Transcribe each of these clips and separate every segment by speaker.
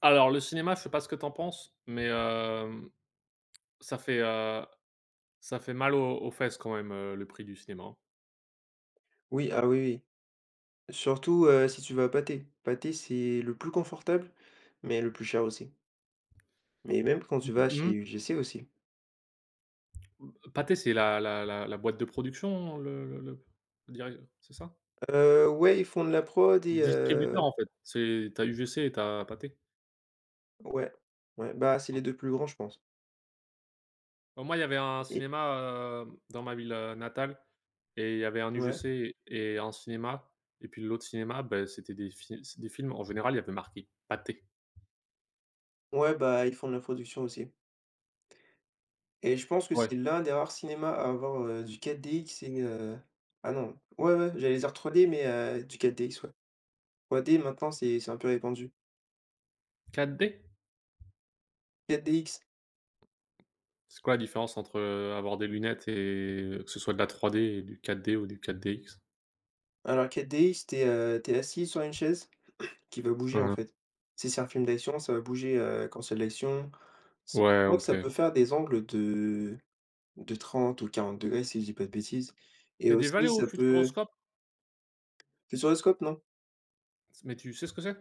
Speaker 1: Alors le cinéma, je sais pas ce que t'en penses, mais ça ça fait mal aux fesses quand même, le prix du cinéma, hein.
Speaker 2: Oui, ah oui, oui. Surtout, si tu vas à pâté. Pâté, c'est le plus confortable, mais le plus cher aussi. Mais même quand tu vas chez
Speaker 1: Mmh.
Speaker 2: UGC aussi.
Speaker 1: Mmh, Pathé, c'est la boîte de production, le diri, c'est ça?
Speaker 2: Ouais, ils font de la prod
Speaker 1: Le
Speaker 2: et
Speaker 1: distributeur, en fait, c'est tu as UGC et tu as Pathé.
Speaker 2: ouais, ouais, bah, c'est les
Speaker 1: Ah.
Speaker 2: 2 plus grands, je pense.
Speaker 1: Bah, moi, il y avait un
Speaker 2: Et
Speaker 1: cinéma, dans ma ville, natale, et il y avait un
Speaker 2: ouais,
Speaker 1: UGC et un cinéma, et puis l'autre cinéma, beh, c'était des films en général, il y avait marqué Pathé.
Speaker 2: ouais, bah, ils font de la production aussi et je pense que
Speaker 1: Ouais.
Speaker 2: c'est l'un des rares cinémas à avoir, du 4DX et ah non, ouais, ouais, j'allais dire 3D, mais du 4DX, ouais. 3D maintenant, c'est un peu répandu.
Speaker 1: 4D?
Speaker 2: 4DX,
Speaker 1: C'est quoi la différence entre, avoir des lunettes et que ce soit de la 3D et du 4D ou du 4DX?
Speaker 2: alors 4DX, tu es, tu assis sur une chaise qui va bouger,
Speaker 1: Mmh
Speaker 2: en
Speaker 1: mh.
Speaker 2: fait. Si c'est un film d'action, ça va bouger, quand c'est de l'action. C'est, je
Speaker 1: Ouais,
Speaker 2: crois que
Speaker 1: OK.
Speaker 2: ça peut faire des angles de 30 ou 40 degrés si je dis pas de bêtises et
Speaker 1: T'es déjà allé
Speaker 2: aussi
Speaker 1: au
Speaker 2: ça peut.
Speaker 1: Futuroscope?
Speaker 2: C'est sur le scope, non?
Speaker 1: Mais tu sais ce que c'est?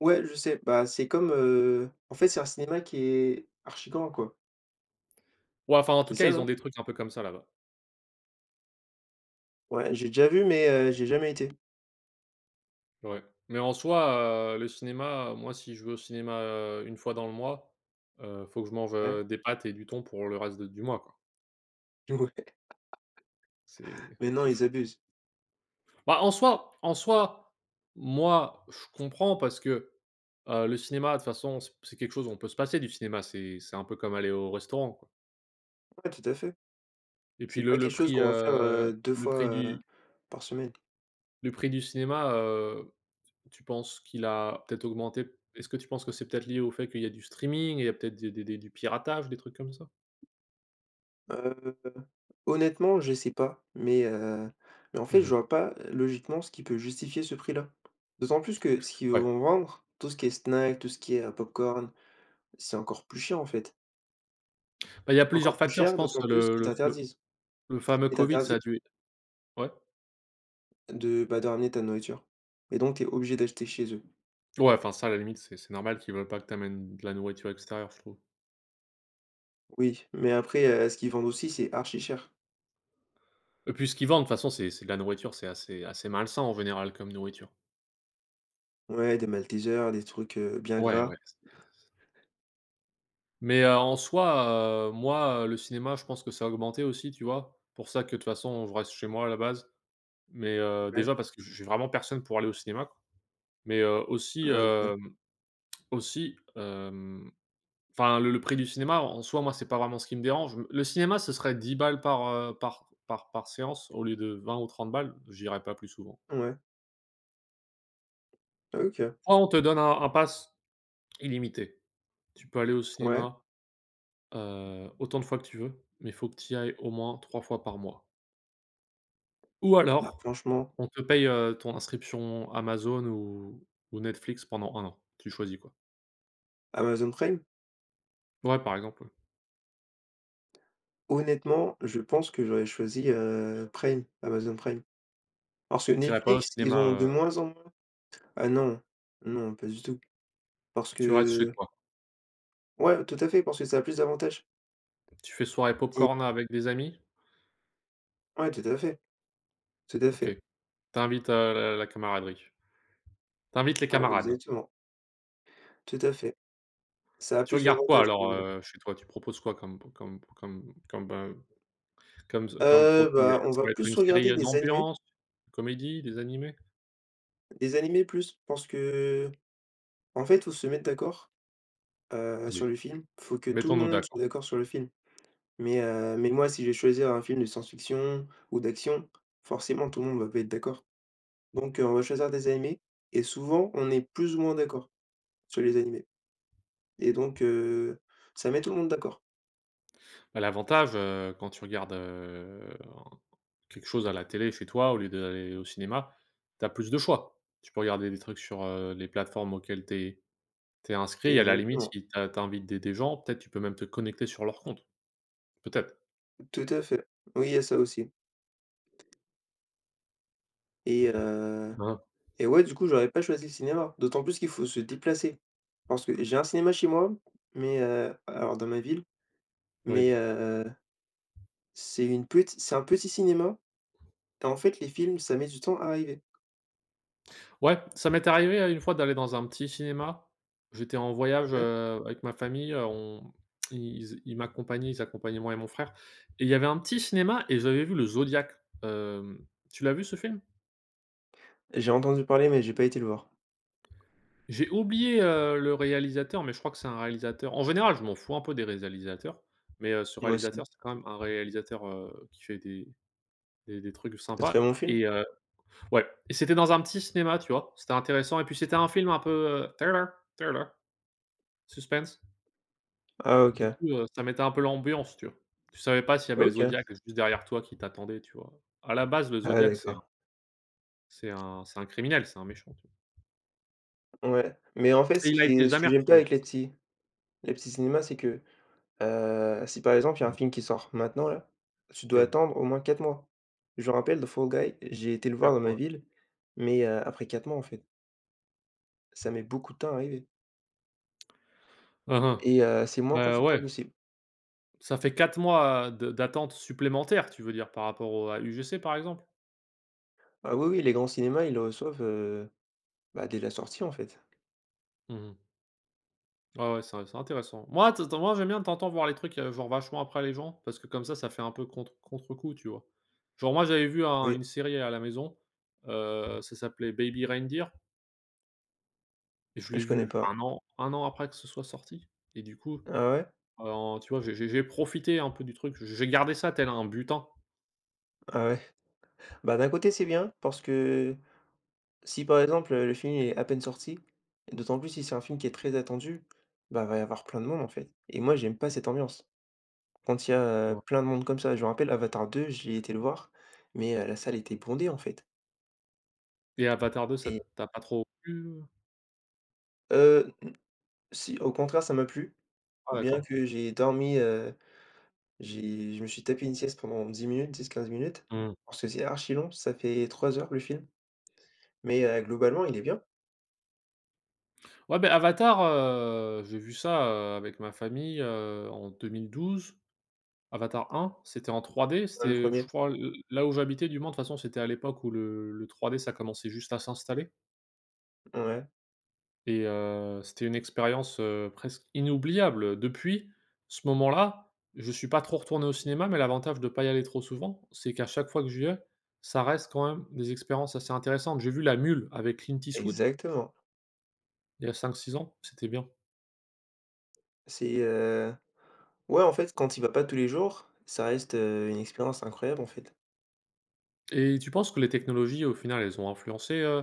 Speaker 2: Ouais, je sais, bah, c'est comme, en fait, c'est un cinéma qui est archi grand, quoi.
Speaker 1: Ouais, enfin, en
Speaker 2: C'est
Speaker 1: tout cas,
Speaker 2: ça,
Speaker 1: ils ont
Speaker 2: non?
Speaker 1: des trucs un peu comme ça là-bas.
Speaker 2: Ouais, j'ai déjà vu mais j'ai jamais été.
Speaker 1: Ouais, mais en soi, le cinéma, moi, si je vais au cinéma, une fois dans le mois, faut que je mange,
Speaker 2: Ouais,
Speaker 1: des pâtes et du thon pour le reste de du mois, quoi.
Speaker 2: ouais, mais non,
Speaker 1: C'est
Speaker 2: ils
Speaker 1: chaud.
Speaker 2: abusent.
Speaker 1: Bah, en soi, moi, je comprends parce que, le cinéma, de toute façon, c'est quelque chose où on peut se passer du cinéma, c'est un peu comme aller au restaurant, quoi.
Speaker 2: Ouais, tout à fait.
Speaker 1: Et puis
Speaker 2: C'est pas quelque chose qu'on va faire, 2
Speaker 1: le prix
Speaker 2: fois,
Speaker 1: du
Speaker 2: par semaine.
Speaker 1: le prix du cinéma, tu penses qu'il a peut-être augmenté? Est-ce que tu penses que c'est peut-être lié au fait qu'il y a du streaming, il y a peut-être des du piratage, des trucs comme ça?
Speaker 2: Heu Honnêtement, je sais pas, mais en fait, je
Speaker 1: Mmh.
Speaker 2: vois pas logiquement ce qui peut justifier ce prix-là. D'autant plus que ce qu'ils
Speaker 1: Ouais.
Speaker 2: vont vendre, tout ce qui est snack, tout ce qui est, popcorn, c'est encore plus cher en fait.
Speaker 1: Bah, il y a
Speaker 2: Encore
Speaker 1: plusieurs
Speaker 2: plus
Speaker 1: facteurs, je
Speaker 2: cher,
Speaker 1: pense,
Speaker 2: d'autant plus qu'ils t'interdisent.
Speaker 1: le fameux
Speaker 2: Ils
Speaker 1: Covid,
Speaker 2: t'interdisent
Speaker 1: ça a dû, ouais?
Speaker 2: de ramener ta nourriture et donc tu es obligé d'acheter chez eux.
Speaker 1: Ouais, enfin ça, à la limite, c'est normal qu'ils veulent pas que tu amènes de la nourriture extérieure, je trouve.
Speaker 2: Oui, mais après, ce qu'ils vendent aussi, c'est archi cher.
Speaker 1: Et puis ce qu'ils vendent, de toute façon, c'est de la nourriture, c'est assez malsain en général comme nourriture.
Speaker 2: Ouais, des Maltesers, des trucs, bien
Speaker 1: Ouais,
Speaker 2: gras.
Speaker 1: ouais, en soi, moi, le cinéma, je pense que ça a augmenté aussi, tu vois? Pour ça que, de toute façon, je reste chez moi à la base, mais,
Speaker 2: Ouais,
Speaker 1: déjà parce que j'ai vraiment personne pour aller au cinéma, quoi, mais,
Speaker 2: OK.
Speaker 1: aussi, hem, enfin le prix du cinéma en soi, moi, c'est pas vraiment ce qui me dérange. Le cinéma, ce serait 10 balles par, par séance au lieu de 20 ou 30 balles, j'irais pas plus souvent.
Speaker 2: Ouais, OK.
Speaker 1: Soit on te donne un pass illimité. Tu peux aller au
Speaker 2: Ouais,
Speaker 1: cinéma, autant de fois que tu veux, mais il faut que tu y ailles au moins 3 fois par mois. Ou
Speaker 2: bah,
Speaker 1: alors,
Speaker 2: franchement,
Speaker 1: on te paye, ton inscription Amazon ou Netflix pendant 1 an. Tu choisis, quoi.
Speaker 2: Amazon Prime?
Speaker 1: Ouais, par exemple, ouais.
Speaker 2: Honnêtement, je pense que j'aurais choisi, Prime, Amazon Prime. Parce que
Speaker 1: Tu irais pas au
Speaker 2: Netflix, ils
Speaker 1: cinéma,
Speaker 2: ont de moins en moins. Ah non, non, pas du tout. Parce
Speaker 1: tu restes
Speaker 2: que
Speaker 1: chez toi.
Speaker 2: ouais, tout à fait, parce que ça a plus d'avantages.
Speaker 1: Tu fais soirée
Speaker 2: Mmh.
Speaker 1: popcorn avec des amis?
Speaker 2: Ouais, tout à fait, tout à fait.
Speaker 1: OK. T'invites invites, la camaraderie. T'invites les
Speaker 2: Ouais,
Speaker 1: camarades.
Speaker 2: exactement, tout à fait. Ça a
Speaker 1: Tu
Speaker 2: plus
Speaker 1: regardes quoi
Speaker 2: d'avantages.
Speaker 1: alors, chez toi? Tu proposes quoi comme produit?
Speaker 2: Bah, on
Speaker 1: Ça
Speaker 2: va
Speaker 1: va être
Speaker 2: plus
Speaker 1: une série,
Speaker 2: regarder
Speaker 1: d'ambiance, une comédie, des animés?
Speaker 2: des animés plus, parce que. En fait, faut se mettre d'accord, sur le film. Faut que tout le
Speaker 1: Mettons-nous
Speaker 2: monde
Speaker 1: d'accord.
Speaker 2: soit d'accord sur le film. Mais moi, si je vais choisir un film de science-fiction ou d'action, forcément tout le monde va pas être d'accord. Donc on va choisir des animés et souvent on est plus ou moins d'accord sur les animés et donc ça met tout le monde d'accord.
Speaker 1: Bah, l'avantage, quand tu regardes, quelque chose à la télé chez toi au lieu d'aller au cinéma, tu as plus de choix. Tu peux regarder des trucs sur, les plateformes auxquelles tu es inscrit, et à la limite,
Speaker 2: Exactement,
Speaker 1: si t'as as tu envie d'aider des gens, peut-être tu peux même te connecter sur leur compte, peut-être?
Speaker 2: tout à fait. Oui, il y a ça aussi et heu
Speaker 1: Hein?
Speaker 2: et ouais, du coup, j'aurais pas choisi le cinéma, d'autant plus qu'il faut se déplacer. Parce que j'ai un cinéma chez moi, mais alors dans ma ville,
Speaker 1: Oui.
Speaker 2: mais c'est un petit cinéma et en fait les films, ça met du temps à arriver.
Speaker 1: Ouais, ça m'est arrivé, une fois, d'aller dans un petit cinéma. J'étais en voyage, avec ma famille, on ils m'accompagnaient, ils accompagnaient moi et mon frère, et il y avait un petit cinéma et j'avais vu le Zodiac, hem, tu l'as vu ce film?
Speaker 2: J'ai entendu parler, mais j'ai pas été le voir.
Speaker 1: J'ai oublié, le réalisateur, mais je crois que c'est un réalisateur en général, je m'en fous un peu des réalisateurs, mais, ce
Speaker 2: Moi aussi.
Speaker 1: réalisateur, c'est quand même un réalisateur, qui fait des trucs
Speaker 2: C'est très
Speaker 1: sympas.
Speaker 2: bon film?
Speaker 1: et heu, ouais, et c'était dans un petit cinéma, tu vois? C'était intéressant, et puis c'était un film un peu, thriller, suspense.
Speaker 2: Ah
Speaker 1: Du
Speaker 2: OK.
Speaker 1: coup, ça mettait un peu l'ambiance, tu vois? Tu savais pas s'il y avait le
Speaker 2: OK.
Speaker 1: Zodiac juste derrière toi qui t'attendait, tu vois? À la base, le
Speaker 2: Ah
Speaker 1: Zodiac, c'est un
Speaker 2: d'accord.
Speaker 1: c'est un c'est un criminel, c'est un méchant, tu vois?
Speaker 2: Ouais. Mais en fait,
Speaker 1: Et
Speaker 2: ce
Speaker 1: il a
Speaker 2: qui
Speaker 1: été
Speaker 2: est ce que
Speaker 1: jamais
Speaker 2: j'aime pas
Speaker 1: retrouvé.
Speaker 2: avec les petits cinémas, c'est que, si par exemple, il y a un
Speaker 1: Mmh,
Speaker 2: film qui sort maintenant là, tu dois
Speaker 1: oui.
Speaker 2: attendre au moins 4 mois. Je me rappelle de Fall Guy, j'ai été le voir dans
Speaker 1: Après,
Speaker 2: ma ville, mais, après 4 mois en fait. Ça met beaucoup de temps à arriver
Speaker 1: hein, hein.
Speaker 2: et c'est moins
Speaker 1: Ouais.
Speaker 2: confortable aussi.
Speaker 1: Ça fait 4 mois de d'attente supplémentaire, tu veux dire, par rapport au à UGC, par exemple?
Speaker 2: Ah oui, oui, les grands cinémas, ils le reçoivent, bah, dès la sortie en fait.
Speaker 1: Mmh mh. Ouais, ouais, c'est intéressant. Moi, j'aime bien de voir les trucs, genre vachement après les gens, parce que comme ça fait un peu contre-coup, tu vois? Genre moi, j'avais vu un
Speaker 2: Oui,
Speaker 1: une série à la maison, ça s'appelait Baby Reindeer, et je l'ai
Speaker 2: je connais
Speaker 1: vu
Speaker 2: pas.
Speaker 1: un an après que ce soit sorti, et du coup,
Speaker 2: Ah ouais?
Speaker 1: tu vois, j'ai profité un peu du truc. J'ai gardé ça tel un butin,
Speaker 2: Ah ouais. Bah, d'un côté, c'est bien parce que si par exemple, le film est à peine sorti, et d'autant plus si c'est un film qui est très attendu, bah, va y avoir plein de monde en fait et moi j'aime pas cette ambiance. Quand il y a,
Speaker 1: tu.
Speaker 2: plein de monde comme ça, je me rappelle Avatar 2, j'ai été le voir, mais la salle était bondée en fait
Speaker 1: Et Avatar 2, ça
Speaker 2: et
Speaker 1: t'a pas trop plu?
Speaker 2: euh si, au contraire ça m'a plu,
Speaker 1: Ah
Speaker 2: bien
Speaker 1: d'accord.
Speaker 2: que j'ai dormi, j'ai je me suis tapé une sieste pendant 10 minutes, 10 15 minutes,
Speaker 1: Mmh.
Speaker 2: parce que c'est archi long, ça fait 3 heures le film, mais globalement il est bien,
Speaker 1: Ouais, ben Avatar, j'ai vu ça, avec ma famille, en 2012. Avatar un, c'était en trois d
Speaker 2: hein, le
Speaker 1: c'était, je
Speaker 2: premier.
Speaker 1: crois, l là où j'habitais du moins, de toute façon, c'était à l'époque où le 3D, ça commençait juste à s'installer,
Speaker 2: Ouais,
Speaker 1: c'était une expérience, presque inoubliable. Depuis ce moment-là, je suis pas trop retourné au cinéma, mais l'avantage de pas y aller trop souvent, c'est qu'à chaque fois que j'y vais, ça reste quand même des expériences assez intéressantes. J'ai vu La Mule avec Clint Eastwood,
Speaker 2: exactement.
Speaker 1: il y a 5 6 ans, c'était bien.
Speaker 2: C'est, ouais, en fait, quand il va pas tous les jours, ça reste, une expérience incroyable, en fait.
Speaker 1: Et tu penses que les technologies, au final, elles ont influencé,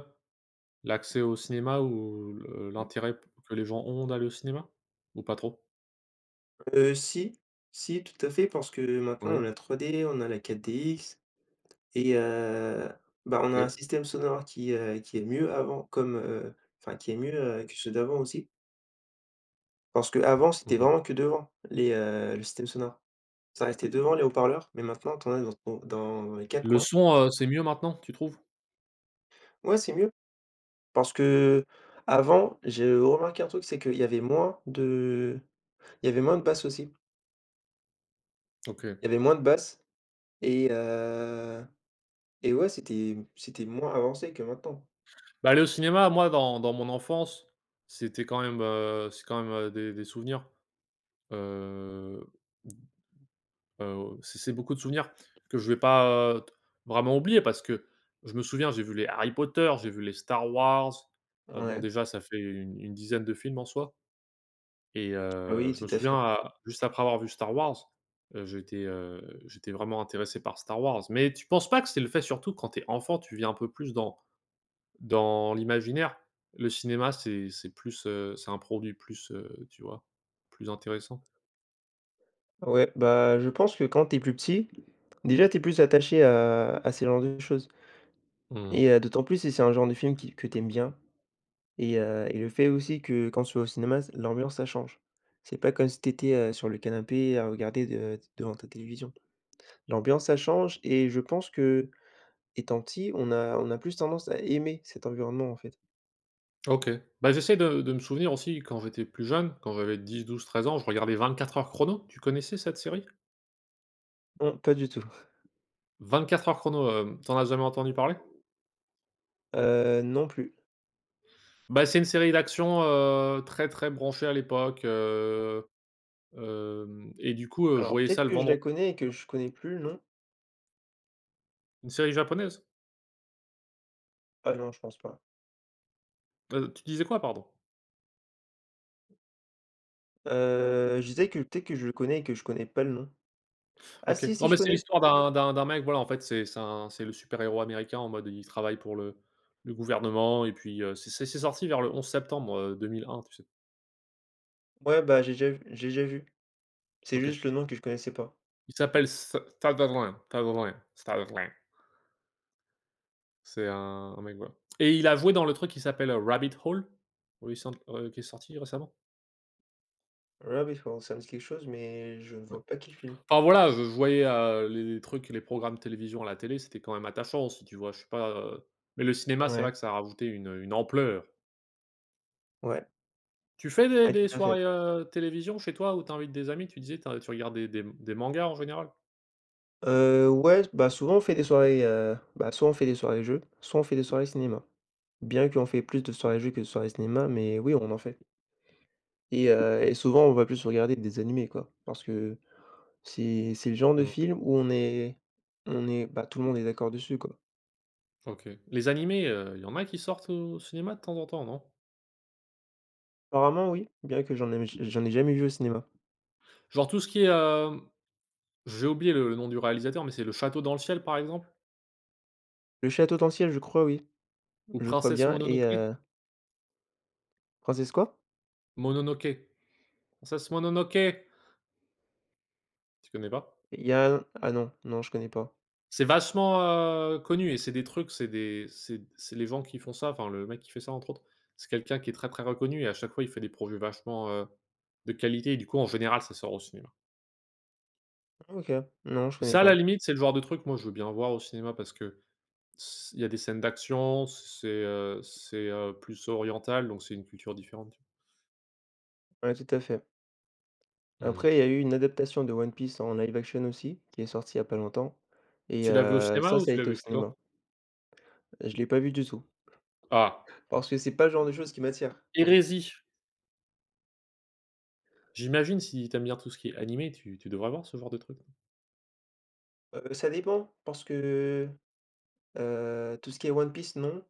Speaker 1: l'accès au cinéma ou le
Speaker 2: Mmh.
Speaker 1: l'intérêt p que les gens ont d'aller au cinéma? Ou pas trop?
Speaker 2: Si, si, tout à fait, parce que maintenant on a
Speaker 1: Oui.
Speaker 2: la 3D, on a la 4DX et bah, on a un
Speaker 1: OK.
Speaker 2: système sonore qui est mieux avant comme, enfin qui est mieux, que ceux d'avant aussi. Parce qu'avant, c'était
Speaker 1: Mmh.
Speaker 2: vraiment que devant les, le système sonore. Ça restait devant les haut-parleurs, mais maintenant tu en as dans les 4
Speaker 1: Le
Speaker 2: coins.
Speaker 1: son, c'est mieux maintenant, tu trouves?
Speaker 2: Ouais, c'est mieux parce qu'avant, j'ai remarqué un truc, c'est qu'il y avait moins de il y avait moins de basses aussi.
Speaker 1: OK.
Speaker 2: Il y avait moins de basses et heu et ouais, c'était moins avancé que maintenant.
Speaker 1: Bah, aller au cinéma, moi, dans mon enfance, c'était quand même, c'est quand même, des souvenirs, heu, c'est beaucoup de souvenirs que je vais pas, t vraiment oublier, parce que je me souviens, j'ai vu les Harry Potter, j'ai vu les Star Wars, bon,
Speaker 2: Ouais.
Speaker 1: déjà, ça fait une dizaine de films en soi. Et
Speaker 2: Ah oui,
Speaker 1: je
Speaker 2: tout
Speaker 1: me
Speaker 2: à fait.
Speaker 1: souviens, à juste après avoir vu Star Wars, j'étais, j'étais vraiment intéressé par Star Wars. Mais tu penses pas que c'est le fait, surtout quand t'es enfant, tu vis un peu plus dans l'imaginaire? Le cinéma, c'est plus, c'est un produit plus, tu vois? Plus intéressant.
Speaker 2: Ouais, bah, je pense que quand tu es plus petit, déjà, tu es plus attaché à ce genre de choses et
Speaker 1: Mmh.
Speaker 2: d'autant plus si c'est un genre de film qui que tu aimes bien et le fait aussi que quand tu vas au cinéma, c l'ambiance, ça change. C'est pas comme si tu étais, sur le canapé à regarder de devant ta télévision. L'ambiance, ça change et je pense qu'étant petit, on a plus tendance à aimer cet environnement, en fait.
Speaker 1: OK. Bah, j'essaie de me souvenir aussi quand j'étais plus jeune, quand j'avais 10, 12, 13 ans, je regardais 24 heures chrono. Tu connaissais cette série?
Speaker 2: Non, pas du tout.
Speaker 1: 24 heures chrono, tu as jamais entendu parler?
Speaker 2: Non plus.
Speaker 1: Bah, c'est une série d'action, très, très branchée à l'époque. Hem et du coup, je
Speaker 2: Alors
Speaker 1: voyais ça
Speaker 2: peut-être
Speaker 1: le
Speaker 2: que je
Speaker 1: vendredi.
Speaker 2: la connais et que je connais plus le nom?
Speaker 1: Une série japonaise?
Speaker 2: Ah non, je pense pas.
Speaker 1: Tu disais quoi, pardon?
Speaker 2: Je disais que peut-être que je le connais et que je connais pas le nom. Ah
Speaker 1: OK.
Speaker 2: si, si,
Speaker 1: Non,
Speaker 2: je
Speaker 1: mais c'est
Speaker 2: connais.
Speaker 1: l'histoire d'un mec, voilà, en fait, c'est un c'est le super héros américain en mode il travaille pour le gouvernement et puis, c'est sorti vers le 11 septembre, 2001, tu sais?
Speaker 2: Ouais, bah, j'ai déjà vu. C'est
Speaker 1: OK.
Speaker 2: juste le nom que je connaissais pas.
Speaker 1: Il s'appelle S Sutherland, Sutherland, Sutherland. C'est un mec, voilà, et il a joué dans le truc qui s'appelle, Rabbit Hole, oui, cent qui est sorti récemment.
Speaker 2: Rabbit Hole, ça me dit quelque chose, mais je ne vois pas quel film.
Speaker 1: Enfin voilà, je voyais, les trucs, les programmes télévision à la télé, c'était quand même attachant. Si, tu vois? Je sais pas, mais le cinéma, c'est
Speaker 2: Ouais,
Speaker 1: vrai que ça a rajouté une ampleur.
Speaker 2: ouais,
Speaker 1: Tu fais des
Speaker 2: ouais, tout
Speaker 1: des
Speaker 2: à fait.
Speaker 1: soirées, télévision chez toi où tu invites des amis? Tu disais, tu regardes des mangas en général?
Speaker 2: Ouais, bah, souvent on fait des soirées, bah, soit on fait des soirées jeux, soit on fait des soirées cinéma. Bien qu'on fait plus de soirées jeux que de soirées cinéma, mais oui, on en fait et souvent on va plus regarder des animés, quoi, parce que c'est le genre de
Speaker 1: Mmh.
Speaker 2: film où on est bah, tout le monde est d'accord dessus, quoi.
Speaker 1: OK. Les animés, il y en a qui sortent au cinéma de temps en temps, non?
Speaker 2: Apparemment oui, bien que j'en ai jamais vu au cinéma.
Speaker 1: Genre tout ce qui est, j'ai oublié le nom du réalisateur, mais c'est Le Château dans le ciel, par exemple?
Speaker 2: Le Château Tentation, je crois oui,
Speaker 1: Ou
Speaker 2: je crois
Speaker 1: Princesse
Speaker 2: bien et
Speaker 1: Mononoke.
Speaker 2: Princesse quoi?
Speaker 1: Mononoke. Princesse Mononoke. Tu connais pas?
Speaker 2: Il y a un- Ah non, non je connais pas.
Speaker 1: C'est vachement, connu, et c'est des trucs, c'est des c'est les gens qui font ça, enfin le mec qui fait ça entre autres, c'est quelqu'un qui est très, très reconnu, et à chaque fois il fait des projets vachement, de qualité, et du coup en général ça sort au cinéma.
Speaker 2: OK, non je
Speaker 1: Et
Speaker 2: connais
Speaker 1: ça, à
Speaker 2: pas.
Speaker 1: la limite, c'est le genre de truc, moi, je veux bien voir au cinéma, parce que s il y a des scènes d'action, c'est, plus oriental, donc c'est une culture différente.
Speaker 2: Ouais, tout à fait.
Speaker 1: Mmh.
Speaker 2: Après il y a eu une adaptation de One Piece en live action aussi, qui est sortie il y a pas longtemps et
Speaker 1: Tu l'as vu au cinéma
Speaker 2: ça,
Speaker 1: ou
Speaker 2: ça a
Speaker 1: tu l'as
Speaker 2: été au
Speaker 1: vu chez toi?
Speaker 2: cinéma. Je l'ai pas vu du tout,
Speaker 1: Ah!
Speaker 2: parce que c'est pas le genre de choses qui m'attire.
Speaker 1: Hérésie! J'imagine, si t'aimes bien tout ce qui est animé, tu devrais voir ce genre de truc.
Speaker 2: Ça dépend parce que, tout ce qui est One Piece non.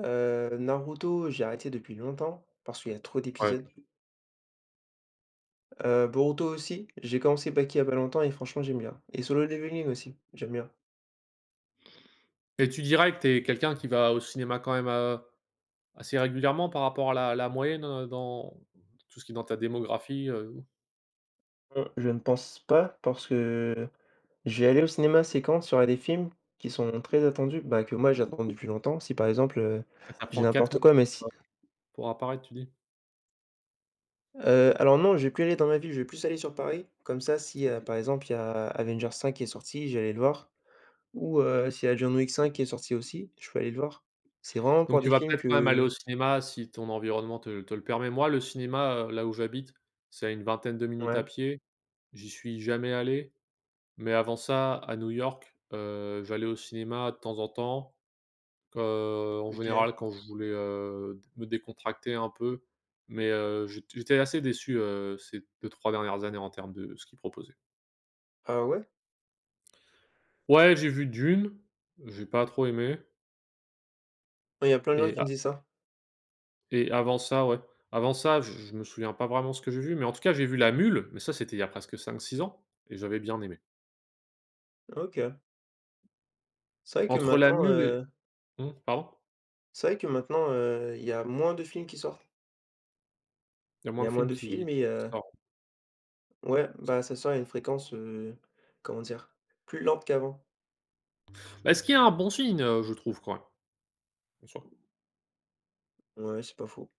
Speaker 2: Naruto, j'ai arrêté depuis longtemps parce qu'il y a trop
Speaker 1: Ouais.
Speaker 2: d'épisodes. Boruto aussi, j'ai commencé Baki il y a pas longtemps et franchement j'aime bien et Solo Leveling aussi, j'aime bien.
Speaker 1: Et tu dirais que tu es quelqu'un qui va au cinéma quand même, assez régulièrement par rapport à la moyenne, dans tout ce qui est dans ta démographie, heu?
Speaker 2: Je ne pense pas parce que je vais aller au cinéma, c'est quand? Sur, des films qui sont très attendus, bah, que moi j'attends depuis longtemps. Si par exemple,
Speaker 1: Ah, ça
Speaker 2: je
Speaker 1: prend 4
Speaker 2: n'importe
Speaker 1: mois
Speaker 2: quoi, mais si
Speaker 1: pour, euh, pour apparaître, tu dis?
Speaker 2: alors non, je vais plus aller dans ma ville, je vais plus aller sur Paris. Comme ça si,
Speaker 1: OK.
Speaker 2: par exemple, il y a Avengers 5 qui est sorti, j'allais le voir. Ou s'il y a John Wick 5 qui est sorti aussi, je peux aller le voir. C'est vraiment pour
Speaker 1: Donc tu
Speaker 2: des
Speaker 1: vas
Speaker 2: films
Speaker 1: peut-être quand même
Speaker 2: que
Speaker 1: aller au cinéma si ton environnement te le permet. Moi, le cinéma, là où j'habite, c'est à une vingtaine de minutes
Speaker 2: ouais,
Speaker 1: à pied. J'y suis jamais allé, mais avant ça, à New York, j'allais au cinéma de temps en temps. En
Speaker 2: OK.
Speaker 1: général, quand je voulais, me décontracter un peu, mais j'étais assez déçu, ces deux-trois dernières années en termes de ce qu'ils proposaient.
Speaker 2: Ah ouais?
Speaker 1: Ouais, j'ai vu Dune, j'ai pas trop aimé,
Speaker 2: Il y a plein de gens
Speaker 1: et
Speaker 2: qui
Speaker 1: a
Speaker 2: me disent ça.
Speaker 1: et avant ça, ouais, avant ça, je me souviens pas vraiment ce que j'ai vu, mais en tout cas, j'ai vu La Mule, mais ça, c'était il y a presque 5-6 ans et j'avais bien aimé.
Speaker 2: OK. C'est vrai que
Speaker 1: Entre La
Speaker 2: maintenant,
Speaker 1: Mule et mmh, pardon?
Speaker 2: il y a moins de films qui sortent.
Speaker 1: Il y a
Speaker 2: Il y
Speaker 1: moins
Speaker 2: a
Speaker 1: de
Speaker 2: moins
Speaker 1: films
Speaker 2: de
Speaker 1: qui
Speaker 2: films et
Speaker 1: qui sortent
Speaker 2: ouais,
Speaker 1: qui
Speaker 2: bah,
Speaker 1: sortent.
Speaker 2: ça sort à une fréquence, comment dire? Plus lente qu'avant.
Speaker 1: Bah, est-ce qu'il y a un bon film, je trouve quand même,
Speaker 2: Ouais, c'est pas faux.